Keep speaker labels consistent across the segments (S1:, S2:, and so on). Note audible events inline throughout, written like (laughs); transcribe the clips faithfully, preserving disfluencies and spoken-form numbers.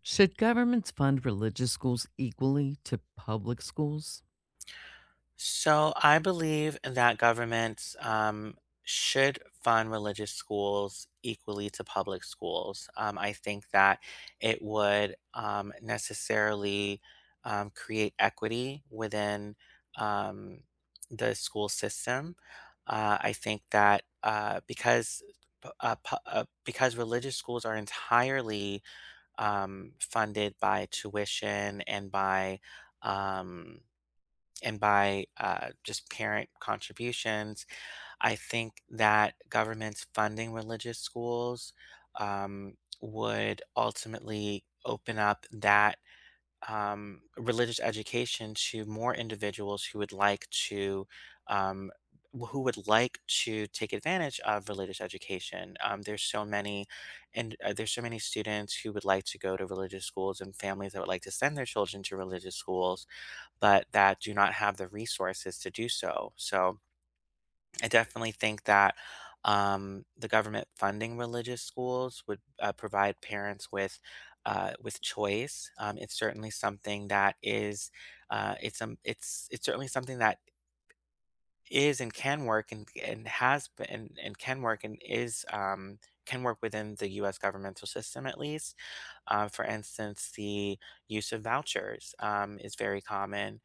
S1: Should governments fund religious schools equally to public schools?
S2: So I believe that governments um, should fund religious schools equally to public schools. Um, I think that it would um, necessarily um, create equity within um, the school system. Uh, I think that uh, because p- uh, pu- uh, because religious schools are entirely um, funded by tuition and by um, and by uh, just parent contributions. I think that governments funding religious schools um, would ultimately open up that um, religious education to more individuals who would like to. Um, wh- who would like to take advantage of religious education? Um, there's so many, and uh, there's so many students who would like to go to religious schools and families that would like to send their children to religious schools but that do not have the resources to do so. So I definitely think that um, the government funding religious schools would uh, provide parents with uh, with choice. Um, it's certainly something that is uh, it's um it's it's certainly something that is and can work and and has been and, and can work and is um, can work within the U S governmental system, at least uh, for instance, the use of vouchers um, is very common,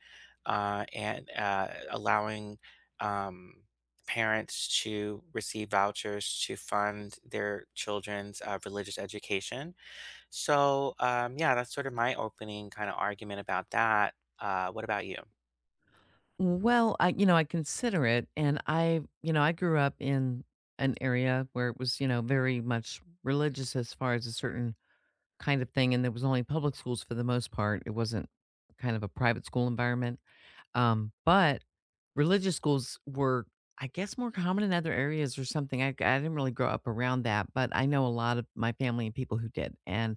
S2: uh, and uh, allowing um, parents to receive vouchers to fund their children's uh, religious education. So, um, yeah, that's sort of my opening kind of argument about that. Uh, what about you?
S1: Well, I, you know, I consider it and I, you know, I grew up in an area where it was, you know, very much religious as far as a certain kind of thing and there was only public schools for the most part. It wasn't kind of a private school environment. Um, but religious schools were, I guess, more common in other areas or something. I I didn't really grow up around that, but I know a lot of my family and people who did. And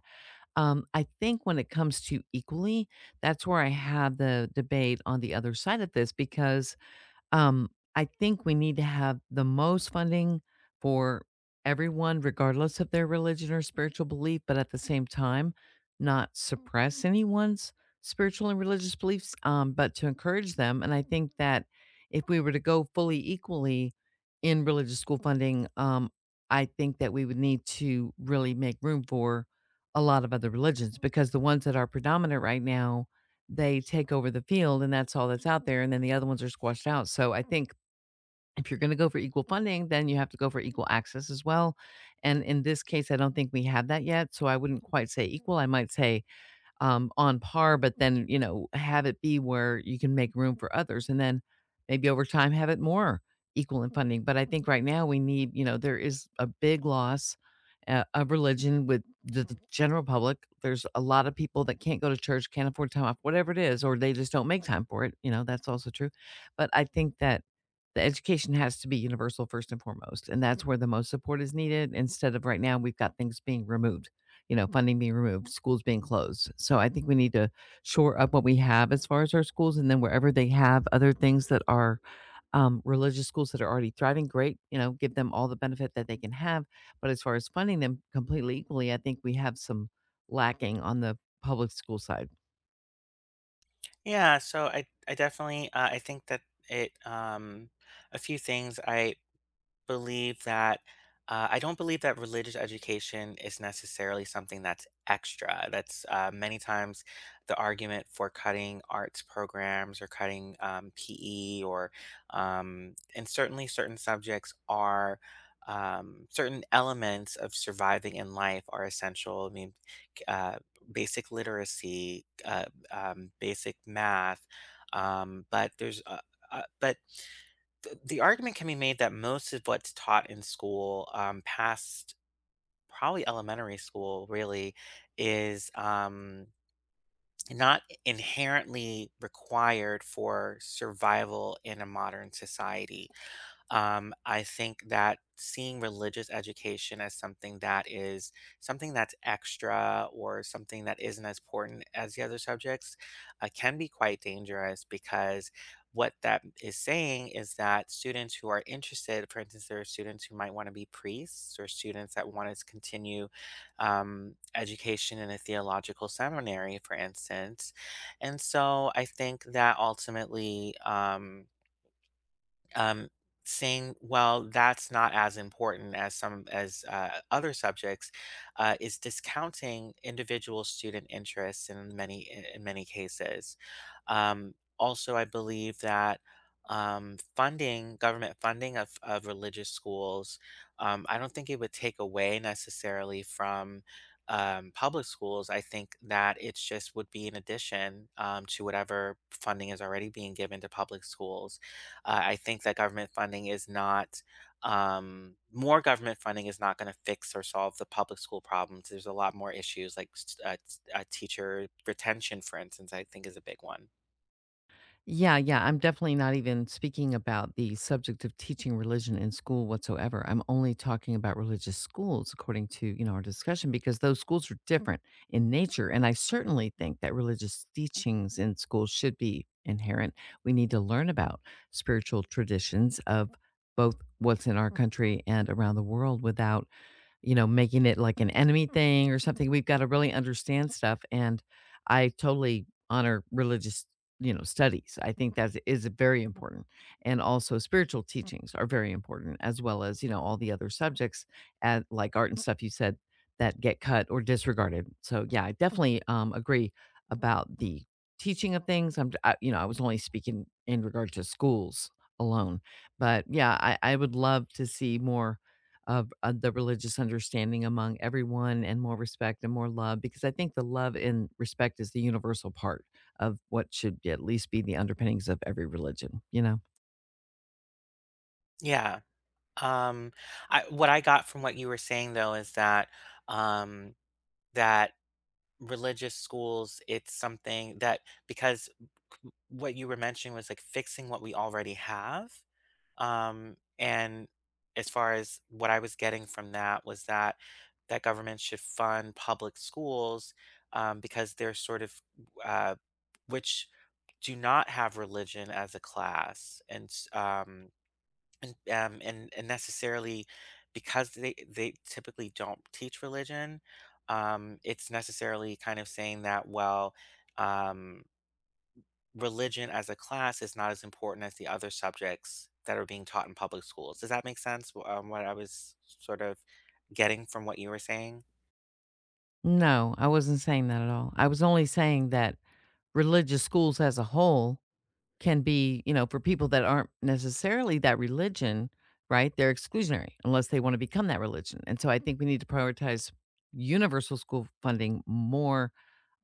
S1: Um, I think when it comes to equally, that's where I have the debate on the other side of this because um, I think we need to have the most funding for everyone, regardless of their religion or spiritual belief, but at the same time, not suppress anyone's spiritual and religious beliefs, um, but to encourage them. And I think that if we were to go fully equally in religious school funding, um, I think that we would need to really make room for a lot of other religions because the ones that are predominant right now, they take over the field and that's all that's out there and then the other ones are squashed out. So I think if you're going to go for equal funding, then you have to go for equal access as well. And in this case, I don't think we have that yet. So I wouldn't quite say equal. I might say, um, on par, but then, you know, have it be where you can make room for others. And then maybe over time have it more equal in funding. But I think right now we need, you know, there is a big loss uh, of religion with the, the general public. There's a lot of people that can't go to church, can't afford time off, whatever it is, or they just don't make time for it. You know, that's also true. But I think that the education has to be universal first and foremost. And that's where the most support is needed instead of right now we've got things being removed, you know, funding being removed, schools being closed. So I think we need to shore up what we have as far as our schools, and then wherever they have other things that are um, religious schools that are already thriving, great. You know, give them all the benefit that they can have. But as far as funding them completely equally, I think we have some lacking on the public school side.
S2: Yeah, so I I definitely uh, I think that it um a few things I believe that uh, I don't believe that religious education is necessarily something that's extra. That's uh, many times the argument for cutting arts programs or cutting um, P E or um, and certainly certain subjects are um, certain elements of surviving in life are essential. I mean, c- uh, basic literacy, uh, um, basic math, um, but there's uh, uh, but th- the argument can be made that most of what's taught in school, um, past probably elementary school, really, is um, not inherently required for survival in a modern society. Um, I think that seeing religious education as something that is something that's extra or something that isn't as important as the other subjects uh, can be quite dangerous, because what that is saying is that students who are interested, for instance, there are students who might want to be priests or students that want to continue um, education in a theological seminary, for instance. And so I think that ultimately, um, um, saying, "Well, that's not as important as some as uh, other subjects," uh, is discounting individual student interests in many in many cases. Um, also, I believe that. Um, funding, government funding of, of religious schools, um, I don't think it would take away necessarily from um, public schools. I think that it's just would be an addition um, to whatever funding is already being given to public schools. Uh, I think that government funding is not um, more government funding is not going to fix or solve the public school problems. There's a lot more issues like s- uh, s- uh, teacher retention, for instance, I think is a big one.
S1: Yeah, yeah. I'm definitely not even speaking about the subject of teaching religion in school whatsoever. I'm only talking about religious schools according to, you know, our discussion because those schools are different in nature and I certainly think that religious teachings in schools should be inherent. We need to learn about spiritual traditions of both what's in our country and around the world without, you know, making it like an enemy thing or something. We've got to really understand stuff. And I totally honor religious, you know, studies. I think that is very important. And also spiritual teachings are very important, as well as, you know, all the other subjects at like art and stuff you said that get cut or disregarded. So yeah, I definitely um, agree about the teaching of things. I'm, I, you know, I was only speaking in regard to schools alone, but yeah, I, I would love to see more of, uh, the religious understanding among everyone and more respect and more love because I think the love and respect is the universal part of what should at least be the underpinnings of every religion, you know?
S2: Yeah. Um, I, what I got from what you were saying though is that um, that religious schools, it's something that because c- what you were mentioning was like fixing what we already have. Um, and as far as what I was getting from that was that that government should fund public schools um, because they're sort of uh, which do not have religion as a class and s- um, and, um, and and necessarily because they they typically don't teach religion. Um, it's necessarily kind of saying that, well, um, religion as a class is not as important as the other subjects that are being taught in public schools. Does that make sense? Wh- Um, what I was sort of getting from what you were saying?
S1: No, I wasn't saying that at all. I was only saying that religious schools as a whole can be, you know, for people that aren't necessarily that religion, right? They're exclusionary unless they want to become that religion. And so I think we need to prioritize universal school funding more,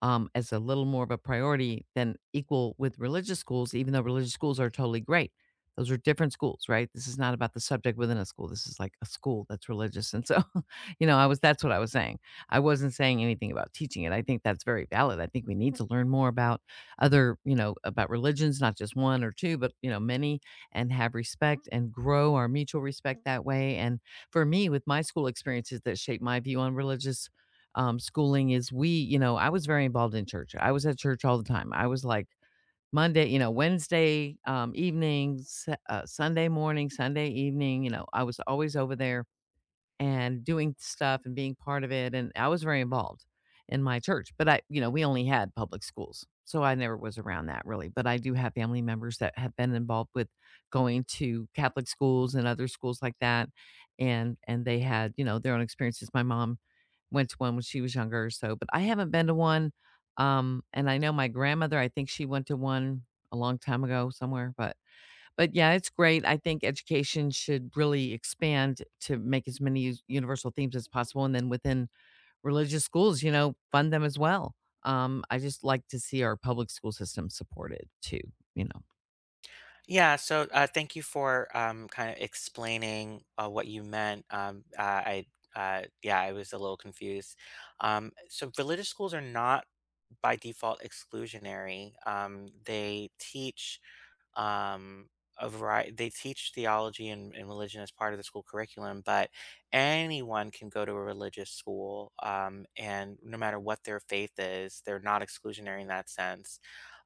S1: um, as a little more of a priority than equal with religious schools, even though religious schools are totally great. Those are different schools, right? This is not about the subject within a school. This is like a school that's religious. And so, (laughs) you know, I was, that's what I was saying. I wasn't saying anything about teaching it. I think that's very valid. I think we need to learn more about other, you know, about religions, not just one or two, but, you know, many, and have respect and grow our mutual respect that way. And for me, with my school experiences that shaped my view on religious um, schooling is we, you know, I was very involved in church. I was at church all the time. I was like Monday, you know, Wednesday um, evenings, uh, Sunday morning, Sunday evening. You know, I was always over there and doing stuff and being part of it, and I was very involved in my church, but I, you know, we only had public schools, so I never was around that really, but I do have family members that have been involved with going to Catholic schools and other schools like that, and and they had, you know, their own experiences. My mom went to one when she was younger, so, but I haven't been to one, um, and I know my grandmother, I think she went to one a long time ago somewhere, but but yeah, it's great. I think education should really expand to make as many us- universal themes as possible. And then within religious schools, you know, fund them as well. Um, I just like to see our public school system supported too, you know.
S2: Yeah. So uh, thank you for um, kind of explaining uh, what you meant. Um, uh, I uh, yeah, I was a little confused. Um, so religious schools are not by default exclusionary. Um, they teach um, a variety. They teach theology and, and religion as part of the school curriculum, but anyone can go to a religious school, um, and no matter what their faith is, they're not exclusionary in that sense.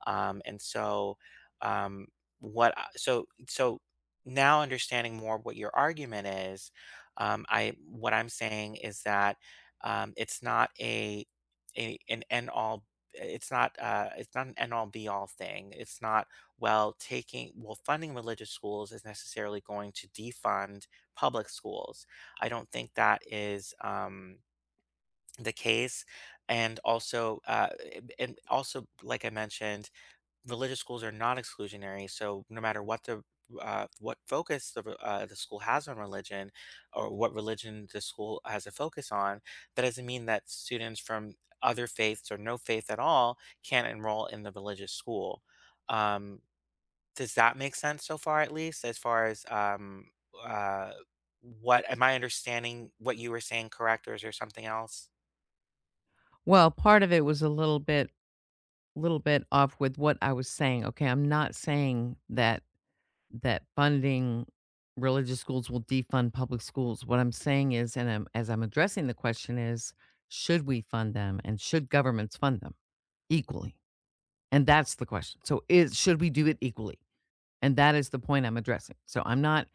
S2: Um, and so, um, what? I- So, so now understanding more what your argument is, um, I what I'm saying is that um, it's not a, a an end all. It's not uh, it's not an end all be all thing. It's not well taking well funding religious schools is necessarily going to defund public schools. I don't think that is um, the case. And also uh, and also, like I mentioned, religious schools are not exclusionary, so no matter what the uh, what focus the, re- uh, the school has on religion or what religion the school has a focus on, that doesn't mean that students from other faiths or no faith at all can't enroll in the religious school. um, does that make sense so far, at least, as far as, um, uh, what am I understanding? What you were saying correct, or is there something else?
S1: Well, part of it was a little bit, little bit off with what I was saying. Okay, I'm not saying that that funding religious schools will defund public schools. What I'm saying is, and I'm, as I'm addressing the question, is should we fund them and should governments fund them equally? And that's the question. So, is should we do it equally? And that is the point I'm addressing. So, I'm not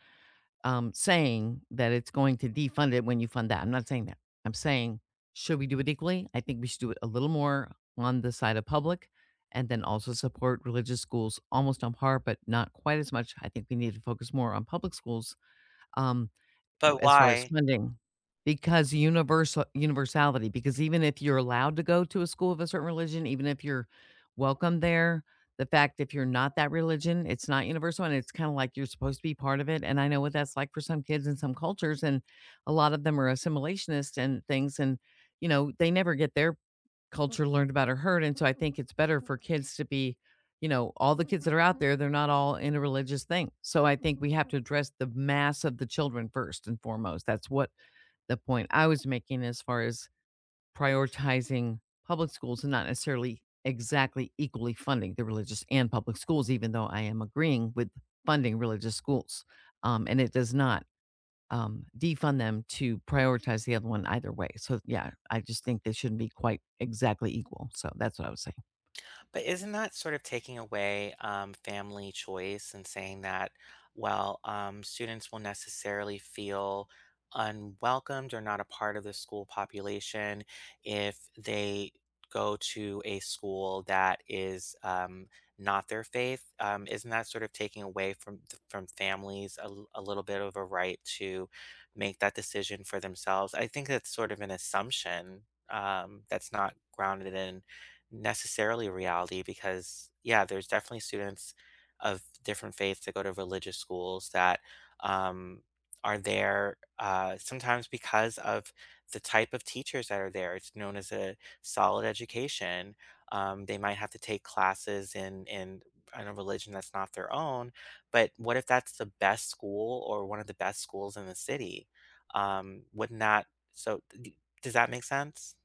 S1: um, saying that it's going to defund it when you fund that. I'm not saying that. I'm saying, should we do it equally? I think we should do it a little more on the side of public and then also support religious schools almost on par, but not quite as much. I think we need to focus more on public schools. Um, W
S2: But
S1: as far as
S2: why?
S1: funding, because universal universality, because even if you're allowed to go to a school of a certain religion, even if you're welcome there, the fact if you're not that religion, it's not universal, and it's kinda like you're supposed to be part of it, and I know what that's like for some kids in some cultures, and a lot of them are assimilationist and things, and, you know, they never get their culture learned about or heard, and so I think it's better for kids to be, you know, all the kids that are out there, they're not all in a religious thing. So I think we have to address the mass of the children first and foremost. That's what the point I was making as far as prioritizing public schools and not necessarily exactly equally funding the religious and public schools, even though I am agreeing with funding religious schools. Um, and it does not um, defund them to prioritize the other one either way. So yeah, I just think they shouldn't be quite exactly equal. So that's what I was saying.
S2: But isn't that sort of taking away um, family choice and saying that, well, um, students will necessarily feel unwelcomed or not a part of the school population if they go to a school that is um, not their faith? Um, isn't that sort of taking away from from families a, l- a little bit of a right to make that decision for themselves? I think that's sort of an assumption um, that's not grounded in necessarily a reality, because yeah, there's definitely students of different faiths that go to religious schools that um, are there uh, sometimes because of the type of teachers that are there. It's known as a solid education. Um, they might have to take classes in in in a religion that's not their own, but what if that's the best school or one of the best schools in the city? Um, wouldn't that, so d- does that make sense?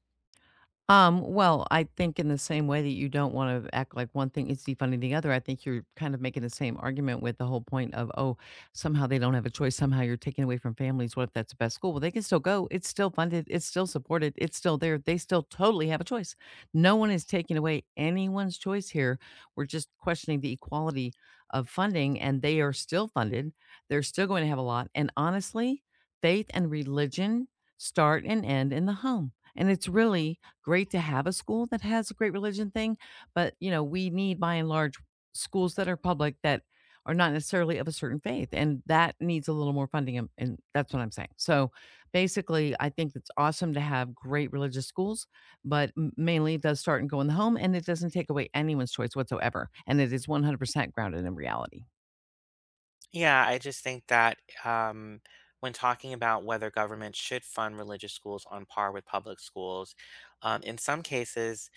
S1: Um, well, I think in the same way that you don't want to act like one thing is defunding the other, I think you're kind of making the same argument with the whole point of, oh, somehow they don't have a choice. Somehow you're taking away from families. What if that's the best school? Well, they can still go. It's still funded. It's still supported. It's still there. They still totally have a choice. No one is taking away anyone's choice here. We're just questioning the equality of funding, and they are still funded. They're still going to have a lot. And honestly, faith and religion start and end in the home. And it's really great to have a school that has a great religion thing, but, you know, we need by and large schools that are public that are not necessarily of a certain faith, and that needs a little more funding, and and that's what I'm saying. So, basically, I think it's awesome to have great religious schools, but m mainly it does start and go in the home, and it doesn't take away anyone's choice whatsoever, and it is one hundred percent grounded in reality.
S2: Yeah, I just think that um, when talking about whether government should fund religious schools on par with public schools, um, in some cases,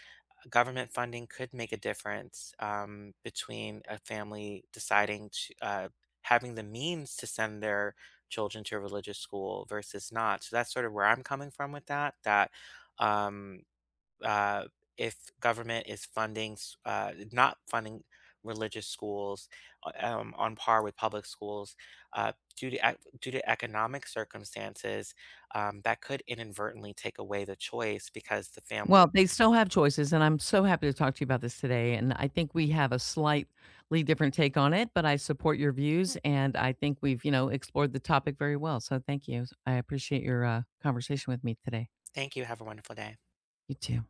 S2: government funding could make a difference um, between a family deciding to uh, having the means to send their children to a religious school versus not. So that's sort of where I'm coming from with that. That um, uh, if government is funding, s- uh, not funding religious schools uh, um, on par with public schools, uh, due to ec- due to economic circumstances, um, that could inadvertently take away the choice because the
S1: Well,
S2: family.
S1: they still have choices, and I'm so happy to talk to you about this today. And I think we have a slightly different take on it, but I support your views, and I think we've, you know, explored the topic very well. So thank you. I appreciate your uh, conversation with me today.
S2: Thank you. Have a wonderful day.
S1: You too.